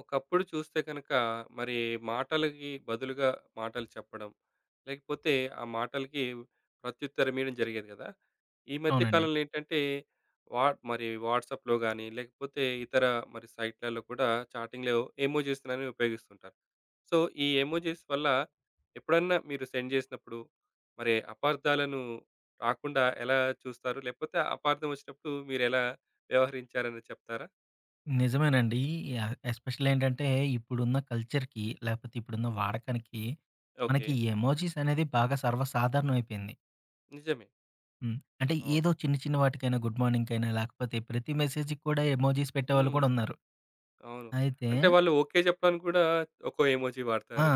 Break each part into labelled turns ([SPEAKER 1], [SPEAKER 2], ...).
[SPEAKER 1] ఒకప్పుడు చూస్తే కనుక మరి మాటలకి బదులుగా మాటలు చెప్పడం, లేకపోతే ఆ మాటలకి ప్రత్యుత్తరం ఇయడం జరిగేది కదా! ఈ మధ్య
[SPEAKER 2] అవునండి.
[SPEAKER 1] కాలంలో ఏంటంటే వా మరి వాట్సాప్‌లో గాని, లేకపోతే ఇతర మరి సైట్‌లలో కూడా చాటింగ్‌లో ఎమోజిస్‌లని ఉపయోగిస్తుంటారు. సో, ఈ ఎమోజిస్ వల్ల ఎప్పుడన్నా మీరు సెండ్ చేసినప్పుడు మరి అపార్థాలను రాకుండా ఎలా చూస్తారు? లేకపోతే అపార్థం వచ్చినప్పుడు మీరెలా వ్యవహరించారని చెప్తారా?
[SPEAKER 2] నిజమేనండి. ఈ ఎ ఎస్పెషల్లీ ఏంటంటే, ఇప్పుడున్న కల్చర్‌కి లేకపోతే ఇప్పుడున్న వాడకానికి
[SPEAKER 1] ఓకే.
[SPEAKER 2] మనకి ఈ ఎమోజీస్ అనేది బాగా సర్వసాధారణం అయిపోయింది.
[SPEAKER 1] నిజమే.
[SPEAKER 2] హ్మ్. అంటే
[SPEAKER 1] అవును.
[SPEAKER 2] ఏదో చిన్న చిన్న వాటికైనా గుడ్ మార్నింగ్‌కైనా లేకపోతే ప్రతి మెసేజ్‌కి కూడా ఎమోజీస్ పెట్టేవాళ్ళు
[SPEAKER 1] హ్మ్.
[SPEAKER 2] కూడా ఉన్నారు.
[SPEAKER 1] అవును.
[SPEAKER 2] అయితే
[SPEAKER 1] అంటే వాళ్ళు ఓకే చెప్పడానికి కూడా ఒక్కో ఎమోజి
[SPEAKER 2] ఆ,
[SPEAKER 1] వాడతారు.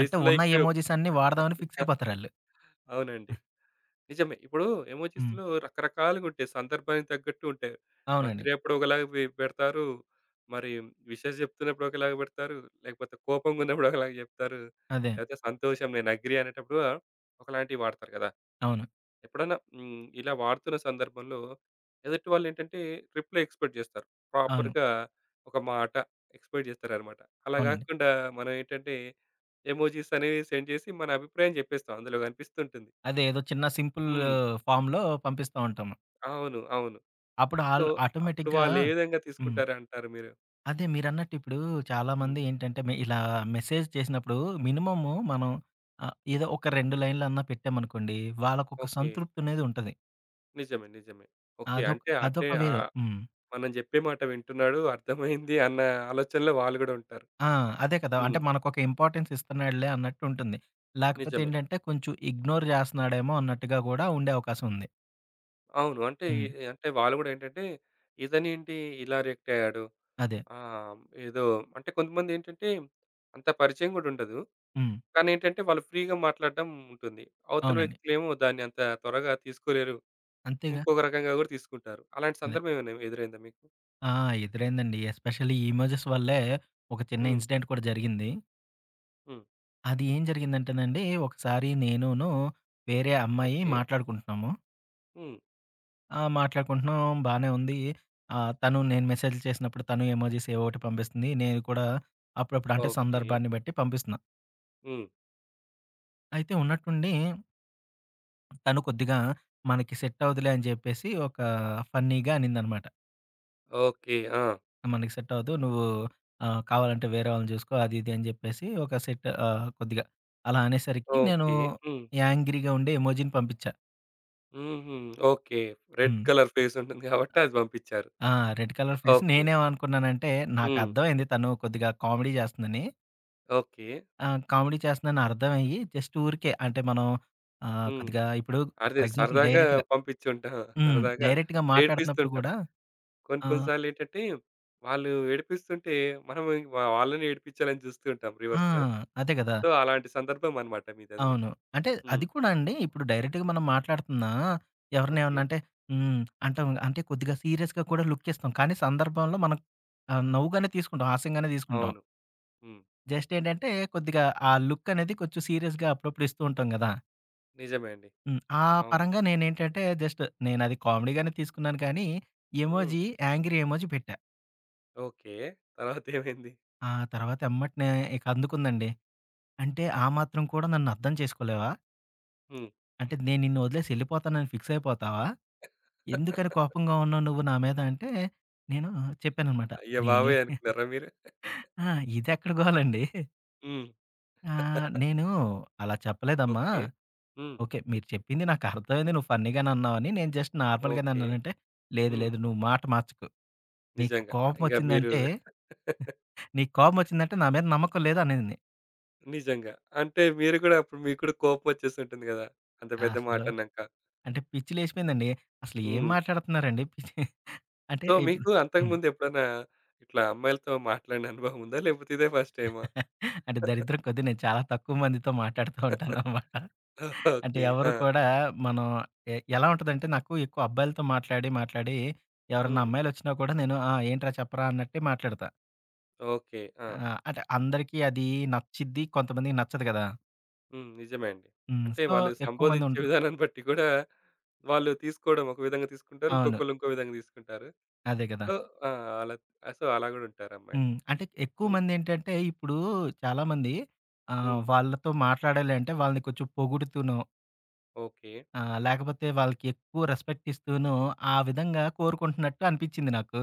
[SPEAKER 2] అంటే ఉన్న ఎమోజీస్ అన్నీ వాడదామని ఫిక్స్ అయిపోతారాళ్ళు.
[SPEAKER 1] అవునండి. నిజమే. ఇప్పుడు
[SPEAKER 2] హ్మ్.
[SPEAKER 1] ఎమోజిస్‌లో రకరకాలుగుంటాయి. సందర్భానికి తగ్గట్టు ఉంటాయి.
[SPEAKER 2] అవునండి.
[SPEAKER 1] బర్త్‌డే అప్పుడు ఒకలాగా పెడతారు. మరి విషెస్ చెప్తున్నప్పుడు ఒకలాగా పెడతారు. లేకపోతే కోపంగున్నప్పుడు ఒకలాగా చెప్తారు.
[SPEAKER 2] అదే.
[SPEAKER 1] లేకపోతే సంతోషం నేను అగ్రీ అనేటప్పుడు ఒకలాంటివి వాడతారు కదా!
[SPEAKER 2] అవును.
[SPEAKER 1] ఎప్పుడైనా ఇలా వాడుతున్న సందర్భంలో ఎదుటి వాళ్ళేంటంటే రిప్లై ఎక్స్‌పెక్ట్ జేస్తారు.
[SPEAKER 2] అవును.
[SPEAKER 1] ప్రాపర్‌గా ఒక మాట ఎక్స్‌పెక్ట్ జేస్తారనమాట. అలా
[SPEAKER 2] అవునండి.
[SPEAKER 1] గాకుండా మనం ఏంటంటే ఎమోజీస్ అనేవి సెండ్ చేసి మన అభిప్రాయం జెప్పేస్తాం. అందులో గనిపిస్తుంటుంది.
[SPEAKER 2] అదే ఏదో చిన్న సింపుల్
[SPEAKER 1] హ్మ్.
[SPEAKER 2] ఫార్మ్‌లో పంపిస్తా ఉంటాము.
[SPEAKER 1] అవును. అవును.
[SPEAKER 2] అప్పుడు
[SPEAKER 1] సో,
[SPEAKER 2] ఆళ్ళు
[SPEAKER 1] అప్పుడు
[SPEAKER 2] ఆటోమేటిక్‌గా
[SPEAKER 1] వాళ్ళే విధంగా
[SPEAKER 2] హ్మ్.
[SPEAKER 1] తీసుకుంటారంటారు మీరు?
[SPEAKER 2] అదే మీరన్నట్టు ఇప్పుడు
[SPEAKER 1] హ్మ్.
[SPEAKER 2] చాలామంది ఏంటంటే, మే ఇలా మెసేజ్ చేసినప్పుడు మినిమమ్ మనం ఏదో ఒక 2 లైన్‌లన్నా పెట్టామనుకోండి, వాళ్ళకొక
[SPEAKER 1] ఓకే.
[SPEAKER 2] సంతృప్తనేది ఉంటది.
[SPEAKER 1] నిజమే. నిజమే. ఓకే.
[SPEAKER 2] అదొక
[SPEAKER 1] అంటే అటే
[SPEAKER 2] అదొక వే
[SPEAKER 1] ఆహ్,
[SPEAKER 2] హ్మ్.
[SPEAKER 1] మనం జెప్పే మాట వింటున్నాడు అర్థమైంది అన్న ఆలోచనలో వాళ్ళు గూడా ఉంటారు.
[SPEAKER 2] ఆ! అదే కదా! అంటే
[SPEAKER 1] హ్మ్.
[SPEAKER 2] మనకొక ఇంపార్టెన్స్ ఇస్తున్నాడులే అన్నట్టుంటుంది. లేకపోతే
[SPEAKER 1] నిజమే.
[SPEAKER 2] ఏంటంటే, కొంచెం ఇగ్నోర్ జేస్తన్నాడేమో అన్నట్టుగా గూడా ఉండే అవకాశం ఉంది.
[SPEAKER 1] అవును. అంటే ఈ
[SPEAKER 2] హ్మ్.
[SPEAKER 1] అంటే వాళ్ళు గూడా ఏంటంటే, ఇతనేంటి ఇలా రియాక్ట్ అయ్యాడు.
[SPEAKER 2] అదే.
[SPEAKER 1] ఆహ్, ఏదో అంటే కొంతమందేంటంటే, అంత పరిచయం గూడా ఉండదు.
[SPEAKER 2] హ్మ్.
[SPEAKER 1] కానీ ఏంటంటే, వాళ్ళు ఫ్రీగా మాట్లాడడం ఉంటుంది. అవతల
[SPEAKER 2] అవునండి.
[SPEAKER 1] వ్యక్తులేమో దాన్ని అంత త్వరగా తీసుకోలేరు.
[SPEAKER 2] అంతేగా!
[SPEAKER 1] ఇంకొక రకంగా గూడా తీసుకుంటారు. అలాంటి
[SPEAKER 2] అదే.
[SPEAKER 1] సందర్భం ఏమైనా ఎదురైందా మీకు?
[SPEAKER 2] ఆ! ఎదురైందండి. ఎస్పెషల్లీ ఈ ఇమోజెస్ వల్లే ఒక చిన్న
[SPEAKER 1] హ్మ్.
[SPEAKER 2] ఇన్సిడెంట్ కూడా జరిగింది.
[SPEAKER 1] హ్మ్.
[SPEAKER 2] అది ఏం జరిగిందంటేనండి, ఒకసారి నేనును, వేరే అమ్మాయి
[SPEAKER 1] ఓకే.
[SPEAKER 2] మాట్లాడుకుంటున్నాము.
[SPEAKER 1] హ్మ్.
[SPEAKER 2] మాట్లాడుకుంటున్నాం బానే ఉంది. తను నేను మెసేజ్‌లు చేసినప్పుడు తను ఎమోజిస్ ఏవో ఒకటి పంపిస్తుంది. నేను కూడా అప్పుడప్పుడు అంటే
[SPEAKER 1] ఓకే.
[SPEAKER 2] సందర్భాన్ని బట్టి పంపిస్తున్నా.
[SPEAKER 1] హ్మ్.
[SPEAKER 2] అయితే ఉన్నట్టుండి తను కొద్దిగా మనకి సెట్ అవ్వదులే అని జెప్పేసి ఒక ఫన్నీగా అనిందనమాట.
[SPEAKER 1] ఓకే. ఆ!
[SPEAKER 2] మనకి సెట్ అవ్వదు. నువ్వు కావాలంటే వేరే వాళ్ళని జూసుకో అది ఇది అని జెప్పేసి ఒక సెట్ కొద్దిగా అలా అనేసరికి నేను
[SPEAKER 1] ఓకే. హ్మ్.
[SPEAKER 2] యాంగ్రీగా ఉండే ఎమోజిని పంపించా.
[SPEAKER 1] హుహు. Okay. Red
[SPEAKER 2] hmm.
[SPEAKER 1] Colour face ఉంటుంది గాబట్టి అది పంపించారు.
[SPEAKER 2] ఆ! Red colour face.
[SPEAKER 1] ఓకే.
[SPEAKER 2] నేనేమనుకున్నానంటే,
[SPEAKER 1] హ్మ్.
[SPEAKER 2] నాకర్థమైంది తను కొద్దిగా కామెడీ చేస్తుందని.
[SPEAKER 1] ఓకే.
[SPEAKER 2] ఆ! కామెడీ చేస్తుందని అర్థమయ్యి, జస్ట్ ఊరికే అంటే మనం
[SPEAKER 1] హ్మ్.
[SPEAKER 2] కొద్దిగా ఇప్పుడు
[SPEAKER 1] అదే
[SPEAKER 2] ఫర్ ఎగ్జాంపుల్
[SPEAKER 1] సరదాగా
[SPEAKER 2] డైరెక్ట్‌గా
[SPEAKER 1] పంపించుంటాం.
[SPEAKER 2] హ్మ్.
[SPEAKER 1] సరదాగా
[SPEAKER 2] డైరెక్ట్‌గా మాట్లాడుతున్నప్పుడు
[SPEAKER 1] ఏడిపిస్తుంటాం.
[SPEAKER 2] కూడా
[SPEAKER 1] కొన్ని కొన్ని
[SPEAKER 2] ఆహ్,
[SPEAKER 1] సార్లేంటంటే, వాళ్ళు ఏడిపిస్తుంటే మనం ఇంక వాళ్ళని ఏడిపించాలని చూస్తూ ఉంటాం
[SPEAKER 2] ఆ!
[SPEAKER 1] రివర్స్‌లో.
[SPEAKER 2] అదే కదా!
[SPEAKER 1] సో, అలాంటి సందర్భం అన్నమాట మీదది గూడా.
[SPEAKER 2] అవును. అంటే
[SPEAKER 1] హ్మ్.
[SPEAKER 2] అది కూడా అండి, ఇప్పుడు డైరెక్ట్‌గా మనం మాట్లాడుతున్నా
[SPEAKER 1] ఓకే.
[SPEAKER 2] ఎవరినేమన్నా అంటే హ్మ్. అంటాం అంటే కొద్దిగా సీరియస్‌గా కూడా లుక్కిస్తాం. కానీ సందర్భంలో మనం నవ్వుగానే తీసుకుంటాం. హాస్యంగానే తీసుకుంటాం.
[SPEAKER 1] అవును. హ్మ్.
[SPEAKER 2] జస్ట్ ఏంటంటే, కొద్దిగా ఆ లుక్ అనేది కొంచెం సీరియస్‌గా అప్పుడప్పుడు ఇస్తూ ఉంటాం కదా!
[SPEAKER 1] నిజమే అండి.
[SPEAKER 2] హ్మ్. ఆ
[SPEAKER 1] అవును.
[SPEAKER 2] పరంగా నేనేంటంటే జస్ట్ నేనది కామెడీగానే తీసుకున్నాను కానీ,
[SPEAKER 1] హ్మ్.
[SPEAKER 2] ఎమోజి యాంగ్రీ ఎమోజి పెట్టా.
[SPEAKER 1] ఓకే. తర్వాత ఏమైంది?
[SPEAKER 2] ఆ తర్వాత ఎమ్మటనే ఇక అందుకుందండి. అంటే ఆ మాత్రం కూడా నన్ను అర్థం చేసుకోలేవా?
[SPEAKER 1] హ్మ్.
[SPEAKER 2] అంటే నేను నిన్ను వదిలేసి ఎళ్ళిపోతానని ఫిక్స్ అయిపోతావా? ఎందుకని కోపంగా ఉన్నావు నువ్వు నా మీద అంటే, నేను చెప్పాననమాట.
[SPEAKER 1] అయ్య
[SPEAKER 2] నేనే
[SPEAKER 1] బాబోయ్! అనుకున్నారా మీరు?
[SPEAKER 2] ఆ! ఇదెక్కడ గోలండి.
[SPEAKER 1] హ్మ్.
[SPEAKER 2] నేను అలా చెప్పలేదమ్మా.
[SPEAKER 1] ఓకే. హ్మ్.
[SPEAKER 2] ఓకే. మీరు చెప్పింది నాకు అర్థమైంది. నువ్వు ఫన్నీగానే అన్నావని నేను జస్ట్ నార్మల్‌గానే
[SPEAKER 1] ఓకే.
[SPEAKER 2] అన్నానంటే, లేదు
[SPEAKER 1] హ్మ్.
[SPEAKER 2] లేదు నువ్వు మాట మార్చకు. నీకు
[SPEAKER 1] నిజంగా. ఇంగ మీరు
[SPEAKER 2] కోపమొచ్చిందంటే, నీకు కోపమొచ్చిందంటే నా మీద నమ్మకం లేదు అనింది.
[SPEAKER 1] నిజంగా. అంటే మీరు గూడా అప్పుడు మీకు కూడా కోపం వచ్చేసుంటుంది గదా! అంత పెద్ద మాట
[SPEAKER 2] అసలు
[SPEAKER 1] అన్నాక.
[SPEAKER 2] అంటే పిచ్చి లేసిపోయిందండి. అసలు ఏం
[SPEAKER 1] హ్మ్.
[SPEAKER 2] మాట్లాడుతున్నారండి? పిచ్చి అంటే
[SPEAKER 1] సో,
[SPEAKER 2] ఇప్పుడు
[SPEAKER 1] మీకు
[SPEAKER 2] హ్మ్.
[SPEAKER 1] అంతకుముందు ఎప్పుడైనా ఇట్లా అమ్మాయిలతో మాట్లాడిన అనుభవం ఉందా? లేకపోతే ఇదే ఫస్ట్ టైమా?
[SPEAKER 2] అంటే దరిద్రం కొద్దీ నేను చాలా తక్కువ మందితో మాట్లాడుతూ ఉంటాననమాట. అంటే
[SPEAKER 1] ఓకే.
[SPEAKER 2] ఎవరు
[SPEAKER 1] ఆ!
[SPEAKER 2] కూడా మనం ఎలా ఉంటదంటే నాకు ఎక్కువ అబ్బాయిలతో మాట్లాడి ఎవరన్నా
[SPEAKER 1] హ్మ్.
[SPEAKER 2] అమ్మాయిలొచ్చినా కూడా నేను ఆ! ఏంట్రా చెప్పరా అన్నట్టే మాట్లాడతా.
[SPEAKER 1] ఓకే. ఆ!
[SPEAKER 2] ఆ! అంటే అందరికీ అది నచ్చిద్ది. కొంతమందికి నచ్చదు గదా!
[SPEAKER 1] హ్మ్. నిజమే అండి.
[SPEAKER 2] హ్మ్.
[SPEAKER 1] అంటే
[SPEAKER 2] సో,
[SPEAKER 1] వాళ్ళు
[SPEAKER 2] ఎక్కువ మంది
[SPEAKER 1] సంబోధించే
[SPEAKER 2] ఉంటారు.
[SPEAKER 1] విధానాన్ని బట్టి గూడా వాళ్ళు తీసుకోవడం ఒక విధంగా తీసుకుంటారు.
[SPEAKER 2] అవును.
[SPEAKER 1] ఇంకొకళ్ళు ఇంకో విధంగా తీసుకుంటారు.
[SPEAKER 2] అదే గదా!
[SPEAKER 1] సో, ఆ! అలా సో, అలా గూడా ఉంటారు అమ్మాయిలు.
[SPEAKER 2] హ్మ్. అంటే ఎక్కువ
[SPEAKER 1] హ్మ్.
[SPEAKER 2] మందేంటంటే ఇప్పుడు చాలామంది
[SPEAKER 1] హ్మ్.
[SPEAKER 2] వాళ్ళతో మాట్లాడాలి అంటే వాళ్ళని కొంచెం పొగుడుతూనో
[SPEAKER 1] ఓకే.
[SPEAKER 2] లేకపోతే వాళ్ళకి ఎక్కువ రెస్పెక్ట్ ఇస్తూనో ఆ విధంగా కోరుకుంటున్నట్టు అనిపిచ్చింది నాకు.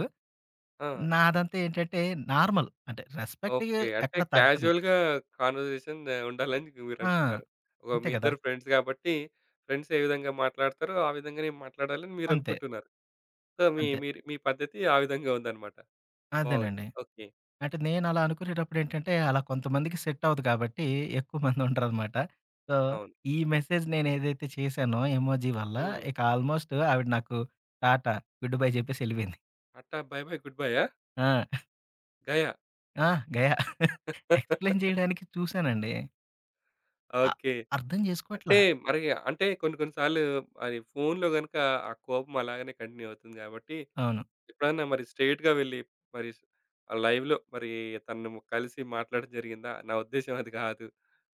[SPEAKER 1] ఆ!
[SPEAKER 2] నాదంతా ఏంటంటే నార్మల్ అంటే రెస్పెక్ట్
[SPEAKER 1] ఓకే. అంటే
[SPEAKER 2] ఎక్కడ తగ్గదు.
[SPEAKER 1] క్యాజువల్‌గా కాన్వర్జేషన్ ఆహ్, ఉండాలని
[SPEAKER 2] ఆ!
[SPEAKER 1] మీరనుకుంటారు. ఒక
[SPEAKER 2] అంతే
[SPEAKER 1] మీ
[SPEAKER 2] కదా!
[SPEAKER 1] ఇద్దరు ఫ్రెండ్స్ కాబట్టి, ఫ్రెండ్స్ ఏ విధంగా మాట్లాడతారో, ఆ విధంగానే మాట్లాడాలని
[SPEAKER 2] అంతే.
[SPEAKER 1] మీరనుకుంటున్నారు. సో, మీ
[SPEAKER 2] అంతే.
[SPEAKER 1] మీరు మీ పద్ధతి ఆ విధంగా ఉందన్నమాట. బాగుంది.
[SPEAKER 2] అదేనండి.
[SPEAKER 1] ఓకే.
[SPEAKER 2] అంటే నేనలా అనుకునేటప్పుడేంటంటే, అలా కొంతమందికి సెట్ అవ్వదు కాబట్టి, ఎక్కువ మంది ఉండరనమాట. సో,
[SPEAKER 1] అవును.
[SPEAKER 2] ఈ మెసేజ్ నేనేదైతే చేశానో ఎమోజి వల్ల,
[SPEAKER 1] హ్మ్.
[SPEAKER 2] ఇక ఆల్‌మోస్ట్ ఆవిడ నాకు టాటా, గుడ్ బై చెప్పేసి ఎళ్ళిపోయింది.
[SPEAKER 1] టాటా, బై బై, గుడ్ బయ్‌యా?
[SPEAKER 2] ఆ!
[SPEAKER 1] గయా.
[SPEAKER 2] ఆ! గయా. ఎక్స్‌ప్లెయిన్ చేయడానికి చూసానండి. అ
[SPEAKER 1] ఓకే.
[SPEAKER 2] అర్థం
[SPEAKER 1] అంటే
[SPEAKER 2] చేసుకోవట్లా.
[SPEAKER 1] మరి అంటే కొన్ని కొన్ని సార్లు మరి ఫోన్‌లో గనుక ఆ కోపం అలాగనే కంటిన్యూ అవుతుంది కాబట్టి
[SPEAKER 2] అవును.
[SPEAKER 1] ఎప్పుడన్నా మరి స్ట్రెయిట్‌గా వెళ్ళి మరి లైవ్‌లో మరి తనను కలిసి మాట్లాడడం జరిగిందా? నా ఉద్దేశ్యం అది కాదు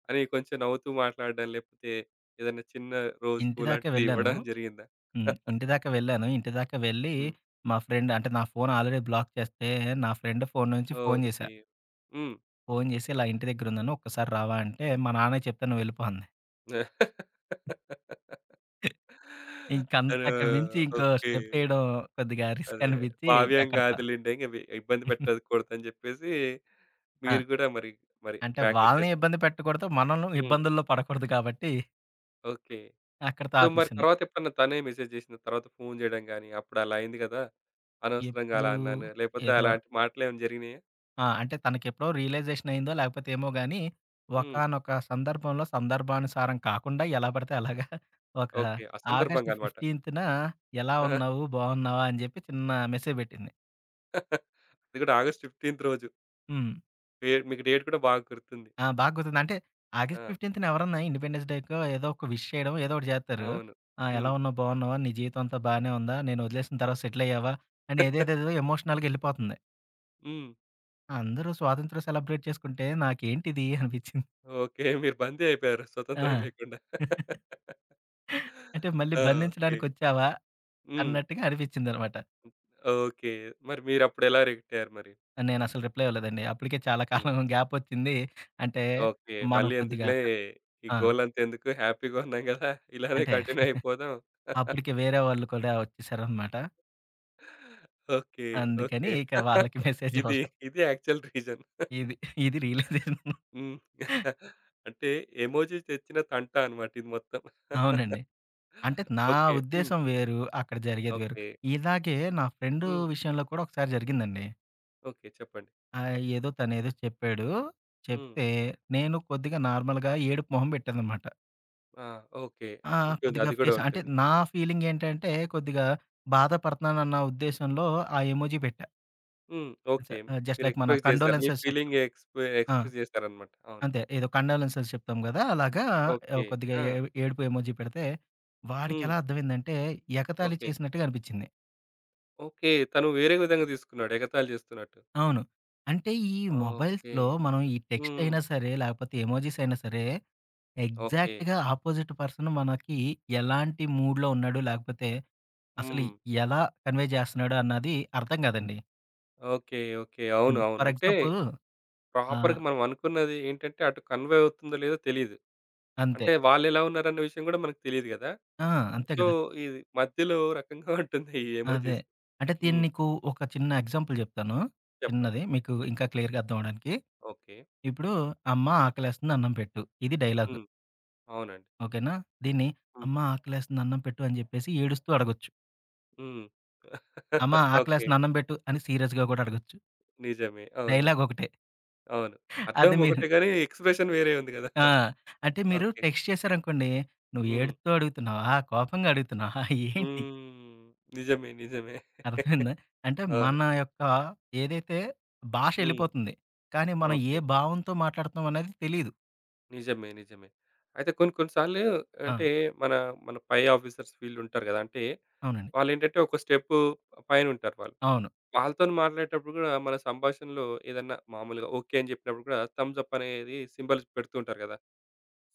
[SPEAKER 1] అని కొంచెం నవ్వుతూ మాట్లాడడం, లేకపోతే ఏదైనా చిన్న రోజ్ పూ
[SPEAKER 2] ఇంటి దాకా
[SPEAKER 1] లాంటిది
[SPEAKER 2] వెళ్ళాను.
[SPEAKER 1] ఇవ్వడం జరిగిందా?
[SPEAKER 2] హ్మ్. ఇంటి దాకా వెళ్ళాను. ఇంటి దాకా వెళ్ళి,
[SPEAKER 1] హ్మ్.
[SPEAKER 2] మా ఫ్రెండ్ అంటే నా ఫోన్ ఆల్రెడీ బ్లాక్ చేస్తే, నా ఫ్రెండ్ ఫోన్ నుంచి ఫోన్ చేశా.
[SPEAKER 1] ఓకే. హ్మ్.
[SPEAKER 2] ఫోన్ చేసి, "ఇలా ఇంటి దగ్గరున్నాను. ఒక్కసారి రావా?" అంటే, మా నాన్నకి చెప్తే "నువ్వు వెళ్ళిపో" అంది.
[SPEAKER 1] అరే!
[SPEAKER 2] ఇంకంతకు మించి ఇంకో
[SPEAKER 1] ఓకే.
[SPEAKER 2] స్టెప్పేయడం కొద్దిగా రిస్క్
[SPEAKER 1] అదే.
[SPEAKER 2] అనిపిచ్చి
[SPEAKER 1] భావ్యం
[SPEAKER 2] ఇంకక్కడతో
[SPEAKER 1] కాదులెండి. ఇంక ఇబ్బంది పెట్టకూడదని చెప్పేసి
[SPEAKER 2] ఆ!
[SPEAKER 1] మీరు కూడా మరి మరి
[SPEAKER 2] అంటే వాళ్ళని
[SPEAKER 1] బ్యాకొచ్చేసారు.
[SPEAKER 2] ఇబ్బంది పెట్టకూడదు. మనల్ని
[SPEAKER 1] హ్మ్.
[SPEAKER 2] ఇబ్బందుల్లో పడకూడదు కాబట్టి
[SPEAKER 1] ఓకే.
[SPEAKER 2] అక్కడితో
[SPEAKER 1] సో, మరి
[SPEAKER 2] ఆపేసింది.
[SPEAKER 1] తర్వాత ఎప్పుడన్నా తనే మెసేజ్ జేసిన తర్వాత ఫోను జేయడం గాని, "అప్పుడు అలా అయింది గదా! అనవసరంగా
[SPEAKER 2] ఎప్పుడు
[SPEAKER 1] అలా అన్నాను." లేపోతే
[SPEAKER 2] ఏదో
[SPEAKER 1] అలాంటి మాటలేమైనా జరిగినాయా?
[SPEAKER 2] ఆ! అంటే తనకెప్పుడో రియలైజేషన్ అయిందో లేకపోతే ఏమో గానీ,
[SPEAKER 1] హ్మ్.
[SPEAKER 2] ఒకానొక సందర్భంలో సందర్భానుసారం కాకుండా ఎలా పడితే అలాగా ఒక
[SPEAKER 1] ఓకే.
[SPEAKER 2] ఆగస్టు
[SPEAKER 1] అసందర్భంగా అన్నమాట.
[SPEAKER 2] 15న ఎలా ఉన్నావు? బాగున్నావా? అని జెప్పి చిన్న మెసేజ్ బెట్టింది.
[SPEAKER 1] అది గూడా ఆగస్ట్ 15థ్ రోజు.
[SPEAKER 2] హ్మ్.
[SPEAKER 1] డే మీకు డేట్ కూడా బాగా గుర్తుంది.
[SPEAKER 2] ఆ! బాగా గుర్తుంది. అంటే
[SPEAKER 1] ఆ!
[SPEAKER 2] ఆగస్ట్ 15థ్‌న ఎవరన్నా ఇండిపెండెన్స్ డేకో ఏదో ఒక విష్ చేయడం ఏదో ఒకటి జేత్తారు.
[SPEAKER 1] అవును.
[SPEAKER 2] ఆ! ఎలా
[SPEAKER 1] హ్మ్.
[SPEAKER 2] ఉన్నావు? బాగున్నావా? నీ జీవితం అంతా బానే ఉందా? నేను వదిలేసిన
[SPEAKER 1] ఆ!
[SPEAKER 2] తర్వాత సెటిల్ అయ్యావా? అని ఏదేదేదో ఎమోషనల్‌గా ఎళ్ళిపోతుంది.
[SPEAKER 1] హ్మ్.
[SPEAKER 2] అందరూ స్వాతంత్రం సెలబ్రేట్ చేసుకుంటే నాకేంటిది అనిపించింది.
[SPEAKER 1] ఓకే. మీరు బందీ అయిపోయారు స్వతంత్రం
[SPEAKER 2] ఆ!
[SPEAKER 1] లేకుండా.
[SPEAKER 2] అంటే మళ్ళీ
[SPEAKER 1] ఆ! ఓకే.
[SPEAKER 2] బంధించడానికొచ్చావా?
[SPEAKER 1] హ్మ్.
[SPEAKER 2] అన్నట్టుగా అనిపించిందనమాట.
[SPEAKER 1] ఓకే. మరి మీరప్పుడెలా రియాక్టయ్యారు మరి?
[SPEAKER 2] నేనసలు రిప్లై ఇవ్వలేదండి. అప్పటికే చాలా
[SPEAKER 1] హ్మ్.
[SPEAKER 2] కాలం గ్యాప్ వచ్చింది. అంటే
[SPEAKER 1] ఓకే.
[SPEAKER 2] మనం
[SPEAKER 1] మళ్ళీ
[SPEAKER 2] కొద్దిగా
[SPEAKER 1] ఎందుకులే
[SPEAKER 2] క
[SPEAKER 1] ఈ
[SPEAKER 2] ఆ!
[SPEAKER 1] గోలంతెందుకు హ్యాపీగా ఉన్నాం గదా! ఇలానే
[SPEAKER 2] అంటే
[SPEAKER 1] కంటిన్యూ అయిపోదాం.
[SPEAKER 2] అప్పటికి వేరే వాళ్ళు కూడా వచ్చేసారనమాట.
[SPEAKER 1] ఓకే.
[SPEAKER 2] అందుకని
[SPEAKER 1] ఓకే.
[SPEAKER 2] ఇక వాళ్ళకి మెసేజ్
[SPEAKER 1] ఇది
[SPEAKER 2] ఇవ్వలే.
[SPEAKER 1] ఇది యాక్చువల్ రీజన్.
[SPEAKER 2] ఇది ఇది రియలైజేషన్.
[SPEAKER 1] హ్మ్. అంటే ఎమోజి తెచ్చిన తంట అన్నమాట ఇది మొత్తం.
[SPEAKER 2] అవునండి. అంటే నా
[SPEAKER 1] ఓకే. హ్మ్.
[SPEAKER 2] ఉద్దేశ్యం వేరు. అక్కడ జరిగేది వేరు.
[SPEAKER 1] ఓకే.
[SPEAKER 2] ఇలాగే నా ఫ్రెండు
[SPEAKER 1] హ్మ్.
[SPEAKER 2] విషయంలో కూడా ఒకసారి జరిగిందండి.
[SPEAKER 1] ఓకే. చెప్పండి.
[SPEAKER 2] ఏదో తనేదో చెప్పాడు.
[SPEAKER 1] హ్మ్.
[SPEAKER 2] చెప్తే నేను కొద్దిగా నార్మల్‌గా ఏడుపు మొహం పెట్టాననమాట.
[SPEAKER 1] ఆ! ఓకే.
[SPEAKER 2] ఆ!
[SPEAKER 1] ఉంటుంది.
[SPEAKER 2] కొద్దిగా
[SPEAKER 1] అది గూడా
[SPEAKER 2] ఫేస్ అంటే
[SPEAKER 1] ఉంటుంది.
[SPEAKER 2] నా ఫీలింగ్ ఏంటంటే కొద్దిగా బాధపడుతున్నానన్న ఉద్దేశంలో ఆ ఎమోజి పెట్టా.
[SPEAKER 1] హ్మ్.
[SPEAKER 2] జ
[SPEAKER 1] ఓకే.
[SPEAKER 2] జస్ట్
[SPEAKER 1] మీరు
[SPEAKER 2] లైక్ మన
[SPEAKER 1] ఎక్స్‌ప్రెస్ జేసారు. మీ
[SPEAKER 2] కండోలెన్సెస్ చెప్తాం.
[SPEAKER 1] ఫీలింగ్ ఎక్స్‌ప్రె
[SPEAKER 2] ఆ!
[SPEAKER 1] ఎక్స్‌ప్రెస్ జేసారన్నమాట. అవును.
[SPEAKER 2] అంతే. ఏదో కండోలెన్సెస్ చెప్తాం గదా! అలాగా ఆహ్,
[SPEAKER 1] ఓకే.
[SPEAKER 2] కొద్దిగా
[SPEAKER 1] ఆ!
[SPEAKER 2] ఏ ఏడుపు ఎమోజి పెడితే,
[SPEAKER 1] హ్మ్.
[SPEAKER 2] వాడికెలా అర్థమైందంటే ఎగతాళి
[SPEAKER 1] ఓకే.
[SPEAKER 2] చేసినట్టుగా అనిపిచ్చింది.
[SPEAKER 1] ఓకే. తను వేరే విధంగా తీసుకున్నాడు. ఎగతాళి చేస్తున్నట్టు.
[SPEAKER 2] అవును. అంటే ఈ
[SPEAKER 1] ఓకే.
[SPEAKER 2] మొబైల్స్‌లో మనం ఈ టెక్స్ట్
[SPEAKER 1] హ్మ్.
[SPEAKER 2] అయినా సరే, లేకపోతే ఎమోజిస్ అయినా సరే,
[SPEAKER 1] ఓకే.
[SPEAKER 2] ఎగ్జాక్ట్‌గా ఆపోజిట్ పర్సన్ మనకి ఎలాంటి మూడ్‌లో ఉన్నాడు, లేకపోతే అసలు
[SPEAKER 1] హ్మ్.
[SPEAKER 2] ఎలా కన్వే చేస్తున్నాడు అన్నది అర్థం గాదండి.
[SPEAKER 1] ఓకే. ఓకే. అవును.
[SPEAKER 2] హ్మ్.
[SPEAKER 1] అవును.
[SPEAKER 2] ఫర్
[SPEAKER 1] అంటే
[SPEAKER 2] ఎగ్జాంపుల్ ఆహ్,
[SPEAKER 1] ప్రాపర్‌గా మనం అనుకున్నది ఏంటంటే అటు కన్వే అవుతుందో లేదో తెలీదు.
[SPEAKER 2] అంతే.
[SPEAKER 1] అంటే వాళ్ళెలా ఉన్నారన్న విషయం గూడా మనకు తెలీదు గదా!
[SPEAKER 2] ఆ! అంతే
[SPEAKER 1] సో,
[SPEAKER 2] గదా!
[SPEAKER 1] ఇది మధ్యలో రకంగా ఉంటుంది ఈ
[SPEAKER 2] అదే.
[SPEAKER 1] ఎమోజిస్.
[SPEAKER 2] అంటే దీన్ని
[SPEAKER 1] హ్మ్.
[SPEAKER 2] నీకు ఒక చిన్న ఎగ్జాంపుల్ జెప్తాను.
[SPEAKER 1] చెప్పండి.
[SPEAKER 2] చిన్నది మీకు ఇంకా క్లియర్‌గా అర్థం అవ్వడానికి.
[SPEAKER 1] ఓకే.
[SPEAKER 2] ఇప్పుడు "అమ్మ ఆకలేస్తుంది అన్నం పెట్టు." ఇది డైలాగు.
[SPEAKER 1] హ్మ్. అవునండి.
[SPEAKER 2] ఓకేనా? దీన్ని
[SPEAKER 1] హ్మ్.
[SPEAKER 2] "అమ్మ ఆకలేస్తుంది అన్నం పెట్టు" అని జెప్పేసి ఏడుస్తూ అడగొచ్చు.
[SPEAKER 1] హ్మ్.
[SPEAKER 2] "అమ్మ
[SPEAKER 1] ఓకే.
[SPEAKER 2] ఆకలేస్తుంది అన్నం పెట్టు" అని సీరియస్‌గా గూడా అడగొచ్చు.
[SPEAKER 1] నిజమే. అవును.
[SPEAKER 2] డైలాగ్ ఒకటే.
[SPEAKER 1] అవును. అర్థం
[SPEAKER 2] అది మీరు
[SPEAKER 1] ఒకటే గాని ఎక్స్‌ప్రెషన్ వేరే ఉంది గదా!
[SPEAKER 2] ఆ! అంటే మీరు
[SPEAKER 1] ఓకే.
[SPEAKER 2] టెక్స్ట్ చేశారనుకోండి, "నువ్వు
[SPEAKER 1] హ్మ్.
[SPEAKER 2] ఏడుత్తూ అడుగుతున్నావా? కోపంగా అడుగుతున్నావా? ఏంటి?"
[SPEAKER 1] హ్మ్. నిజమే. నిజమే.
[SPEAKER 2] అర్థమైందా? అంటే
[SPEAKER 1] అవును.
[SPEAKER 2] మన యొక్క ఏదైతే భాష
[SPEAKER 1] హ్మ్.
[SPEAKER 2] ఎళ్ళిపోతుంది. కానీ మనం ఏ
[SPEAKER 1] ఓకే.
[SPEAKER 2] భావంతో మాట్లాడుతున్నాం అనేది తెలీదు.
[SPEAKER 1] నిజమే. నిజమే. అయితే కొన్ని కొన్ని సార్లు
[SPEAKER 2] ఆ!
[SPEAKER 1] అంటే మన మన పై ఆఫీసర్స్ వీళ్ళుంటారు గదా! అంటే
[SPEAKER 2] అవునండి.
[SPEAKER 1] వాళ్ళేంటంటే ఒక స్టెప్పు పైనుంటారు వాళ్ళు.
[SPEAKER 2] అవును.
[SPEAKER 1] వాళ్ళతోని మాట్లాడేటప్పుడు గూడా మన సంభాషణలో ఏదన్నా మామూలుగా ఓకే అని జెప్పినప్పుడు గూడా థమ్స్ అప్ అనేది సింబల్స్ పెడుతూ ఉంటారు గదా!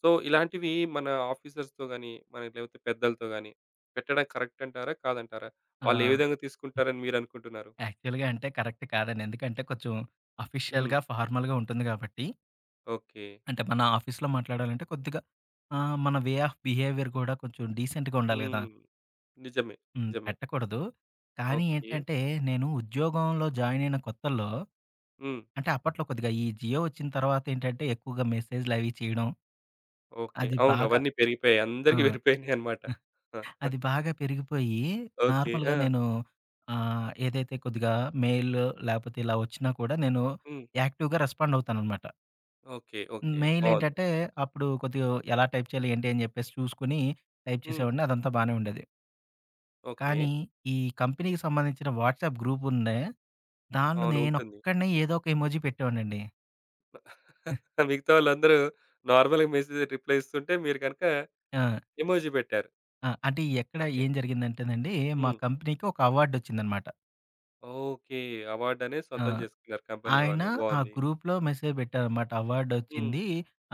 [SPEAKER 1] సో, ఇలాంటివి మన ఆఫీసర్స్‌తో గాని, మన లేకపోతే పెద్దలతో గాని పెట్టడం కరెక్ట్ అంటారా? కాదంటారా?
[SPEAKER 2] ఆ!
[SPEAKER 1] వాళ్ళు ఏ విధంగా తీసుకుంటారని మీరనుకుంటున్నారు?
[SPEAKER 2] యాక్చువల్‌గా అంటే కరెక్ట్ కాదండి. ఎందుకంటే కొంచెం
[SPEAKER 1] హ్మ్.
[SPEAKER 2] అఫీషియల్‌గా, ఫార్మల్‌గా ఉంటుంది కాబట్టి,
[SPEAKER 1] ఓకే.
[SPEAKER 2] అంటే మన ఆఫీస్‌లో మాట్లాడాలంటే కొద్దిగా మన వే ఆఫ్ బిహేవియర్ కూడా కొంచెం డీసెంట్‌గా ఉండాలి గదా!
[SPEAKER 1] హ్మ్. నిజమే.
[SPEAKER 2] హ్మ్.
[SPEAKER 1] నిజమే.
[SPEAKER 2] పెట్టకూడదు. కానీ
[SPEAKER 1] ఓకే.
[SPEAKER 2] ఏంటంటే నేను ఉద్యోగంలో జాయిన్ అయిన కొత్తల్లో
[SPEAKER 1] హ్మ్.
[SPEAKER 2] అంటే అప్పట్లో కొద్దిగా ఈ జియో వచ్చిన తర్వాత ఏంటంటే ఎక్కువగా మెసేజ్‌లవి చేయడం
[SPEAKER 1] ఓకే.
[SPEAKER 2] అది
[SPEAKER 1] అవును.
[SPEAKER 2] బాగా
[SPEAKER 1] అవన్నీ పెరిగిపోయాయి.
[SPEAKER 2] ఆ!
[SPEAKER 1] అందరికీ పెరిగిపోయినాయన్నమాట.
[SPEAKER 2] అది బాగా పెరిగిపోయి
[SPEAKER 1] ఓకే.
[SPEAKER 2] నార్మల్‌గా
[SPEAKER 1] ఆ!
[SPEAKER 2] నేను ఏదైతే కొద్దిగా మెయిల్ లేపోతే ఇలా వచ్చినా కూడా నేను
[SPEAKER 1] హ్మ్.
[SPEAKER 2] యాక్టివ్‌గా రెస్పాండ్ అవుతాననమాట.
[SPEAKER 1] ఓకే. ఓకే.
[SPEAKER 2] మెయిల్
[SPEAKER 1] బావుంది.
[SPEAKER 2] ఏంటంటే అప్పుడు కొద్దిగా ఎలా టైప్ చేయాలి ఏంటి అని చెప్పేసి చూసుకొని టైప్
[SPEAKER 1] హ్మ్.
[SPEAKER 2] చేసేవాడిని. అదంతా బానే ఉండేది.
[SPEAKER 1] ఓకే.
[SPEAKER 2] కానీ ఈ కంపెనీకి సంబంధించిన వాట్సాప్ గ్రూప్ ఉండే. దానిలో
[SPEAKER 1] అవును. ఉంటుంది.
[SPEAKER 2] నేనొక్కడినే ఏదో ఒక ఎమోజి పెట్టేవాడినండి.
[SPEAKER 1] మిగతా వాళ్ళందరూ నార్మల్‌గా మెసేజ్ రిప్లై ఇస్తుంటే మీరు గనుక
[SPEAKER 2] ఆ!
[SPEAKER 1] ఎమోజి పెట్టారు.
[SPEAKER 2] ఆ! అంటే ఎక్కడ
[SPEAKER 1] ఓకే.
[SPEAKER 2] ఏం జరిగిందంటేనండి మా
[SPEAKER 1] హ్మ్.
[SPEAKER 2] కంపెనీకి ఒక అవార్డొచ్చిందనమాట.
[SPEAKER 1] ఓకే. అవార్డ్ అనేది
[SPEAKER 2] ఆ!
[SPEAKER 1] సొంతం చేసుకున్నారు కంపెనీ
[SPEAKER 2] ఆయన
[SPEAKER 1] వాళ్ళు.
[SPEAKER 2] ఆ
[SPEAKER 1] బావుంది.
[SPEAKER 2] గ్రూప్‌లో మెసేజ్ పెట్టారనమాట.
[SPEAKER 1] హ్మ్.
[SPEAKER 2] అవార్డొచ్చింది.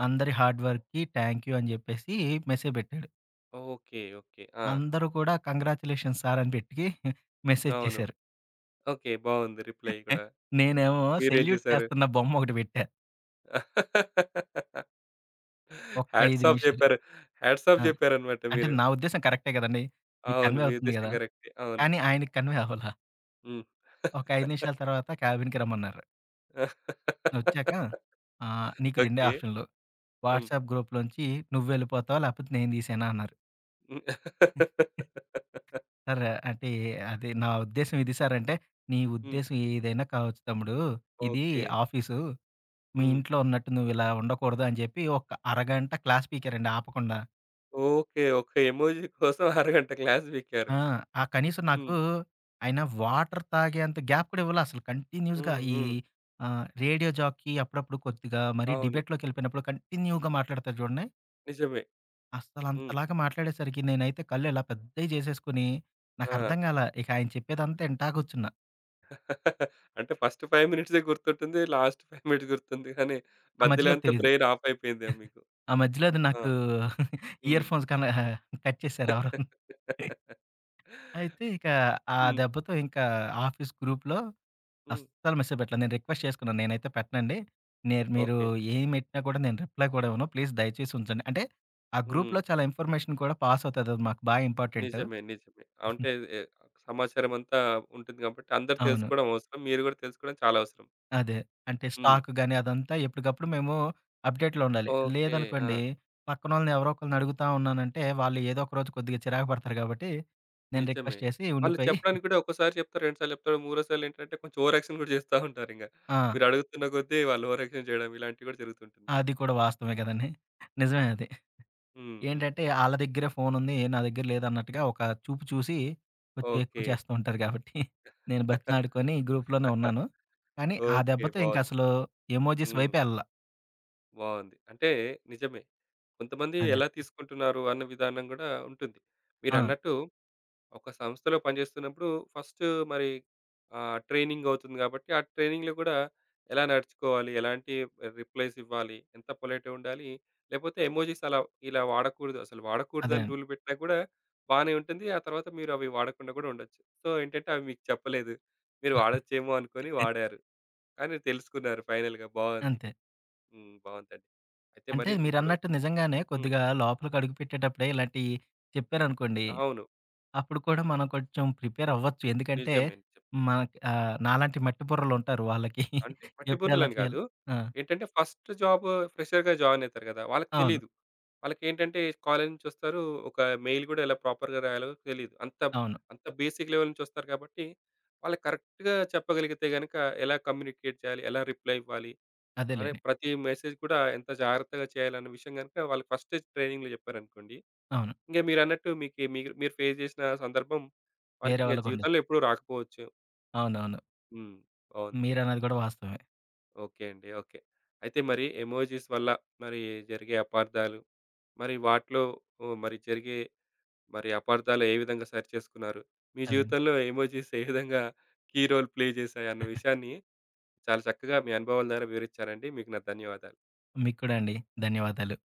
[SPEAKER 2] అందరి హార్డ్ వర్క్‌కి థాంక్ యూ అని చెప్పేసి మెసేజ్ పెట్టాడు.
[SPEAKER 1] ఓకే. ఓకే. ఆ!
[SPEAKER 2] అందరూ కూడా కంగ్రాచ్యులేషన్స్ సార్ అని పెట్టి మెసేజ్
[SPEAKER 1] అవును.
[SPEAKER 2] చేశారు.
[SPEAKER 1] ఓకే. బావుంది రిప్లై కూడా.
[SPEAKER 2] నేనేమో
[SPEAKER 1] మీరేం
[SPEAKER 2] సెల్యూట్
[SPEAKER 1] చేశారు?
[SPEAKER 2] చేస్తున్న బొమ్మ ఒకటి పెట్టా. ఒక్క
[SPEAKER 1] హ్యాట్స్
[SPEAKER 2] 5
[SPEAKER 1] ఆఫ్
[SPEAKER 2] నిమిషాలు.
[SPEAKER 1] చెప్పారు. హ్యాట్స్ ఆఫ్
[SPEAKER 2] ఆ!
[SPEAKER 1] చెప్పారన్నమాట
[SPEAKER 2] అంటే
[SPEAKER 1] మీరు.
[SPEAKER 2] నా ఉద్దేశ్యం కరెక్టే కదండీ. మీకు
[SPEAKER 1] అవును.
[SPEAKER 2] కన్వే
[SPEAKER 1] మీ
[SPEAKER 2] అవుతుంది
[SPEAKER 1] ఉద్దేశ్యం
[SPEAKER 2] కదా!
[SPEAKER 1] కరెక్టే. అవును.
[SPEAKER 2] కానీ ఆయనకి కన్వే అవ్వల.
[SPEAKER 1] హ్మ్.
[SPEAKER 2] ఒక 5 నిమిషాల తర్వాత క్యాబిన్‌కి రమ్మన్నారు. వచ్చాక "నీకు రెండే
[SPEAKER 1] ఓకే.
[SPEAKER 2] ఆప్షన్‌లు.
[SPEAKER 1] హ్మ్.
[SPEAKER 2] వాట్సాప్ గ్రూప్‌లోంచి నువ్వెళ్ళిపోతావా? లేకపోతే నేను తీసేయనా?" అన్నారు.
[SPEAKER 1] హ్మ్.
[SPEAKER 2] సార్ అంటే అది నా ఉద్దేశ్యం ఇది సార్ అంటే, "నీ ఉద్దేశ్యం ఏదైనా కావచ్చు తమ్ముడు. ఇది
[SPEAKER 1] ఓకే.
[SPEAKER 2] ఆఫీసు. మీ
[SPEAKER 1] హ్మ్.
[SPEAKER 2] ఇంట్లో ఉన్నట్టు నువ్విలా ఉండకూడదు" అని చెప్పి ఒక అరగంట క్లాస్ పీకారండి ఆపకుండా.
[SPEAKER 1] ఓకే. ఒక్క ఎమోజి కోసం అరగంట క్లాస్ పీకారు.
[SPEAKER 2] ఆ! ఆ కనీసం
[SPEAKER 1] హ్మ్.
[SPEAKER 2] నాకు ఆయన వాటర్ తాగేంత గ్యాప్ కూడా ఇవ్వలా అసలు. కంటిన్యూస్‌గా
[SPEAKER 1] హ్మ్.
[SPEAKER 2] ఈ
[SPEAKER 1] హ్మ్.
[SPEAKER 2] రేడియో జాకీ అప్పుడప్పుడు కొద్దిగా మరీ
[SPEAKER 1] అవును.
[SPEAKER 2] డిబేట్‌లోకెళ్ళిపోయినప్పుడు కంటిన్యూగా మాట్లాడతారు చూడండి.
[SPEAKER 1] నిజమే. హ్మ్.
[SPEAKER 2] అస్సలంతలాగా మాట్లాడేసరికి నేనైతే కళ్ళు ఇలా పెద్దయి చేసేసుకొని
[SPEAKER 1] ఆ!
[SPEAKER 2] నాకర్థం కాలా. ఇక ఆయన చెప్పేదంతా ఇంటా కూర్చున్నా.
[SPEAKER 1] అంటే ఫస్ట్ 5 మినిట్సే గుర్తుంటుంది. లాస్ట్ 5 మినిట్స్ గుర్తుంది. కానీ
[SPEAKER 2] ఆ
[SPEAKER 1] మధ్యలో
[SPEAKER 2] మధ్యలో
[SPEAKER 1] అంతా
[SPEAKER 2] తెలీదు.
[SPEAKER 1] బ్రెయిన్ ఆఫ్ అయిపోయిందేమో మీకు.
[SPEAKER 2] ఆ మధ్యలో అది
[SPEAKER 1] ఆ!
[SPEAKER 2] నాకు
[SPEAKER 1] హ్మ్.
[SPEAKER 2] ఇయర్ ఫోన్స్ కన కట్ చేశారు ఎవరో. అయితే ఇక ఆ
[SPEAKER 1] హ్మ్.
[SPEAKER 2] దెబ్బతో ఇంకా ఆఫీస్ గ్రూప్‌లో
[SPEAKER 1] హ్మ్.
[SPEAKER 2] అస్సలు మెసేజ్ పెట్టలేదు. నేను రిక్వెస్ట్ చేసుకున్నాను. నేనైతే పెట్టనండి. నేను మీరు
[SPEAKER 1] ఓకే.
[SPEAKER 2] ఏం పెట్టినా కూడా నేను రిప్లై కూడా ఇవ్వను. ప్లీజ్ దయచేసి ఉంచండి. అంటే ఆ
[SPEAKER 1] హ్మ్.
[SPEAKER 2] గ్రూప్‌లో చాలా ఇన్ఫర్మేషన్ కూడా పాస్ అవుతది. అది మాకు బాగా ఇంపార్టెంట్.
[SPEAKER 1] నిజమే. నిజమే. అంటే ఎ సమాచారం అంతా ఉంటుంది గాబట్టి అందరూ
[SPEAKER 2] అవును.
[SPEAKER 1] తెలుసుకోవడం అవసరం. మీరు గూడా తెలుసుకోవడం చాలా అవసరం.
[SPEAKER 2] అదే. అంటే
[SPEAKER 1] హ్మ్.
[SPEAKER 2] స్టాక్ గాని అదంతా ఎప్పటికప్పుడు మేము అప్‌డేట్‌లో ఉండాలి.
[SPEAKER 1] ఓకే. ఆ!
[SPEAKER 2] లేదనుకోండి పక్కనోళ్ళని ఎవరో ఒకళ్ళని అడుగుతా ఉన్నానంటే వాళ్ళు ఏదో ఒక రోజు కొద్దిగా చిరాకు పడతారు కాబట్టి నేను
[SPEAKER 1] నిజమే.
[SPEAKER 2] రిక్వెస్ట్ చేసి
[SPEAKER 1] వాళ్ళు
[SPEAKER 2] ఉండిపోయి
[SPEAKER 1] చెప్పడానికి గూడా ఒక్కోసారి చెప్తారు, 2 సార్లు చెప్తారు, మూడోసారేంటంటే కొంచెం ఓవర్ యాక్షన్ గూడా జేస్తా ఉంటారింక.
[SPEAKER 2] ఆ!
[SPEAKER 1] మీరు అడుగుతున్న కొద్దీ వాళ్ళు ఓవర్ యాక్షన్ చేయడం ఇలాంటివి గూడా జరుగుతుంటుంది.
[SPEAKER 2] అది కూడా వాస్తవమే కదండీ. నిజమే అది.
[SPEAKER 1] హ్మ్. హ్మ్.
[SPEAKER 2] ఏంటంటే ఆళ్ళ దగ్గరే ఫోనుంది నా దగ్గర లేదన్నట్టుగా ఒక చూపు చూసి కొంచెం ఎక్కువ
[SPEAKER 1] ఓకే.
[SPEAKER 2] చేస్తూ ఉంటారు కాబట్టి నేను బతిమలాడుకొని గ్రూప్‌లోనే ఉన్నాను. కానీ ఆ
[SPEAKER 1] ఓకే.
[SPEAKER 2] దెబ్బతో
[SPEAKER 1] బావుంది.
[SPEAKER 2] ఇంకసలు ఎమోజి
[SPEAKER 1] హ్మ్.
[SPEAKER 2] వైపే ఎళ్ళల.
[SPEAKER 1] బావుంది. అంటే నిజమే. కొంతమంది
[SPEAKER 2] అదే.
[SPEAKER 1] ఎలా తీసుకుంటున్నారు అన్న విధానం గూడా ఉంటుంది.
[SPEAKER 2] ఆ!
[SPEAKER 1] మీరన్నట్టు ఒక సంస్థలో పనిచేస్తున్నప్పుడు ఫస్ట్ మరి ఆహ్, ట్రైనింగ్ అవుతుంది కాబట్టి, ఆ ట్రైనింగ్‌లో కూడా ఎలా నడుచుకోవాలి? ఎలాంటి రిప్లైస్ ఇవ్వాలి? ఎంత పొలైట్‌గా ఉండాలి? లేకపోతే ఎమోజిస్ అలా ఇలా వాడకూడదు. అసలు
[SPEAKER 2] అదే
[SPEAKER 1] వాడకూడదని
[SPEAKER 2] అండి.
[SPEAKER 1] రూల్ పెట్టినా కూడా బానే ఉంటుంది. ఆ తర్వాత మీరు అవి వాడకుండా కూడా ఉండొచ్చు. సో, ఏంటంటే అవి మీకు చెప్పలేదు. మీరు వాడొచ్చేమో అనుకోని వాడారు. కానీ తెలుసుకున్నారు ఫైనల్‌గా బావుంది.
[SPEAKER 2] అంతే.
[SPEAKER 1] హ్మ్. బావుందండి. అయితే
[SPEAKER 2] అంటే
[SPEAKER 1] మరి ఇప్పుడు
[SPEAKER 2] మీరన్నట్టు నిజంగానే
[SPEAKER 1] హ్మ్.
[SPEAKER 2] కొద్దిగా లోపలికి అడుగుపెట్టేటప్పుడే ఇలాంటియి చెప్పారనుకోండి.
[SPEAKER 1] అవును.
[SPEAKER 2] అప్పుడు కూడా మనం కొంచెం ప్రిపేర్ అవ్వచ్చు. ఎందుకంటే
[SPEAKER 1] నిజమే. నిజమే.
[SPEAKER 2] మనకి నాలాంటి మట్టి బుర్రలుంటారు వాళ్ళకి.
[SPEAKER 1] అంటే
[SPEAKER 2] ఎప్పుడెలా
[SPEAKER 1] పట్టిపుంటలని
[SPEAKER 2] చేయాలి
[SPEAKER 1] కాదు.
[SPEAKER 2] ఆ!
[SPEAKER 1] ఏంటంటే ఫస్ట్ జాబ్ ఫ్రెషర్‌గా జాయిన్ అయితారు కదా! వాళ్ళకి
[SPEAKER 2] అవును.
[SPEAKER 1] తెలీదు. వాళ్ళకేంటంటే కాలేజీ నుంచొస్తారు. ఒక మెయిల్ గూడా ఎలా ప్రాపర్‌గా రాయాలో తెలీదు. అంత,
[SPEAKER 2] అవును.
[SPEAKER 1] అంత బేసిక్ లెవెల్ నుంచొస్తారు కాబట్టి, వాళ్ళకి కరెక్ట్‌గా చెప్పగలిగితే గనక ఎలా కమ్యూనికేట్ చేయాలి? ఎలా రిప్లై ఇవ్వాలి? అనే
[SPEAKER 2] అదేలెండి.
[SPEAKER 1] ప్రతి మెసేజ్ కూడా ఎంత జాగ్రత్తగా చేయాలన్న విషయం గనుక వాళ్ళకి ఫస్టే ట్రైనింగ్‌లో చెప్పారనుకోండి.
[SPEAKER 2] అవును.
[SPEAKER 1] ఇంక మీరన్నట్టు మీకి మీరు అన్నట్టు మీకు మీరు ఫేస్ చేసిన సందర్భం
[SPEAKER 2] వేరే
[SPEAKER 1] వారికింక
[SPEAKER 2] వాళ్ళకుండదు.
[SPEAKER 1] జీవితంలో ఎప్పుడూ రాకపోవచ్చు.
[SPEAKER 2] అవునవును.
[SPEAKER 1] హ్మ్. బావుంది.
[SPEAKER 2] మీరన్నది కూడా వాస్తవమే.
[SPEAKER 1] ఓకే అండి. ఓకే. అయితే మరి ఎమోజిస్ వల్ల మరి జరిగే అపార్థాలు, మరి వాటిలో ఓహ్! మరి జరిగే మరి అపార్థాలు ఏ విధంగా సరిచేసుకున్నారు? మీ
[SPEAKER 2] అదే.
[SPEAKER 1] జీవితంలో ఎమోజిస్ ఏ విధంగా కీ రోల్ ప్లే చేశాయి అన్న విషయాన్ని చాలా చక్కగా మీ అనుభవాల ద్వారా వివరించారండి. మీకు నా ధన్యవాదాలు.
[SPEAKER 2] మీకు కూడా అండి. ధన్యవాదాలు.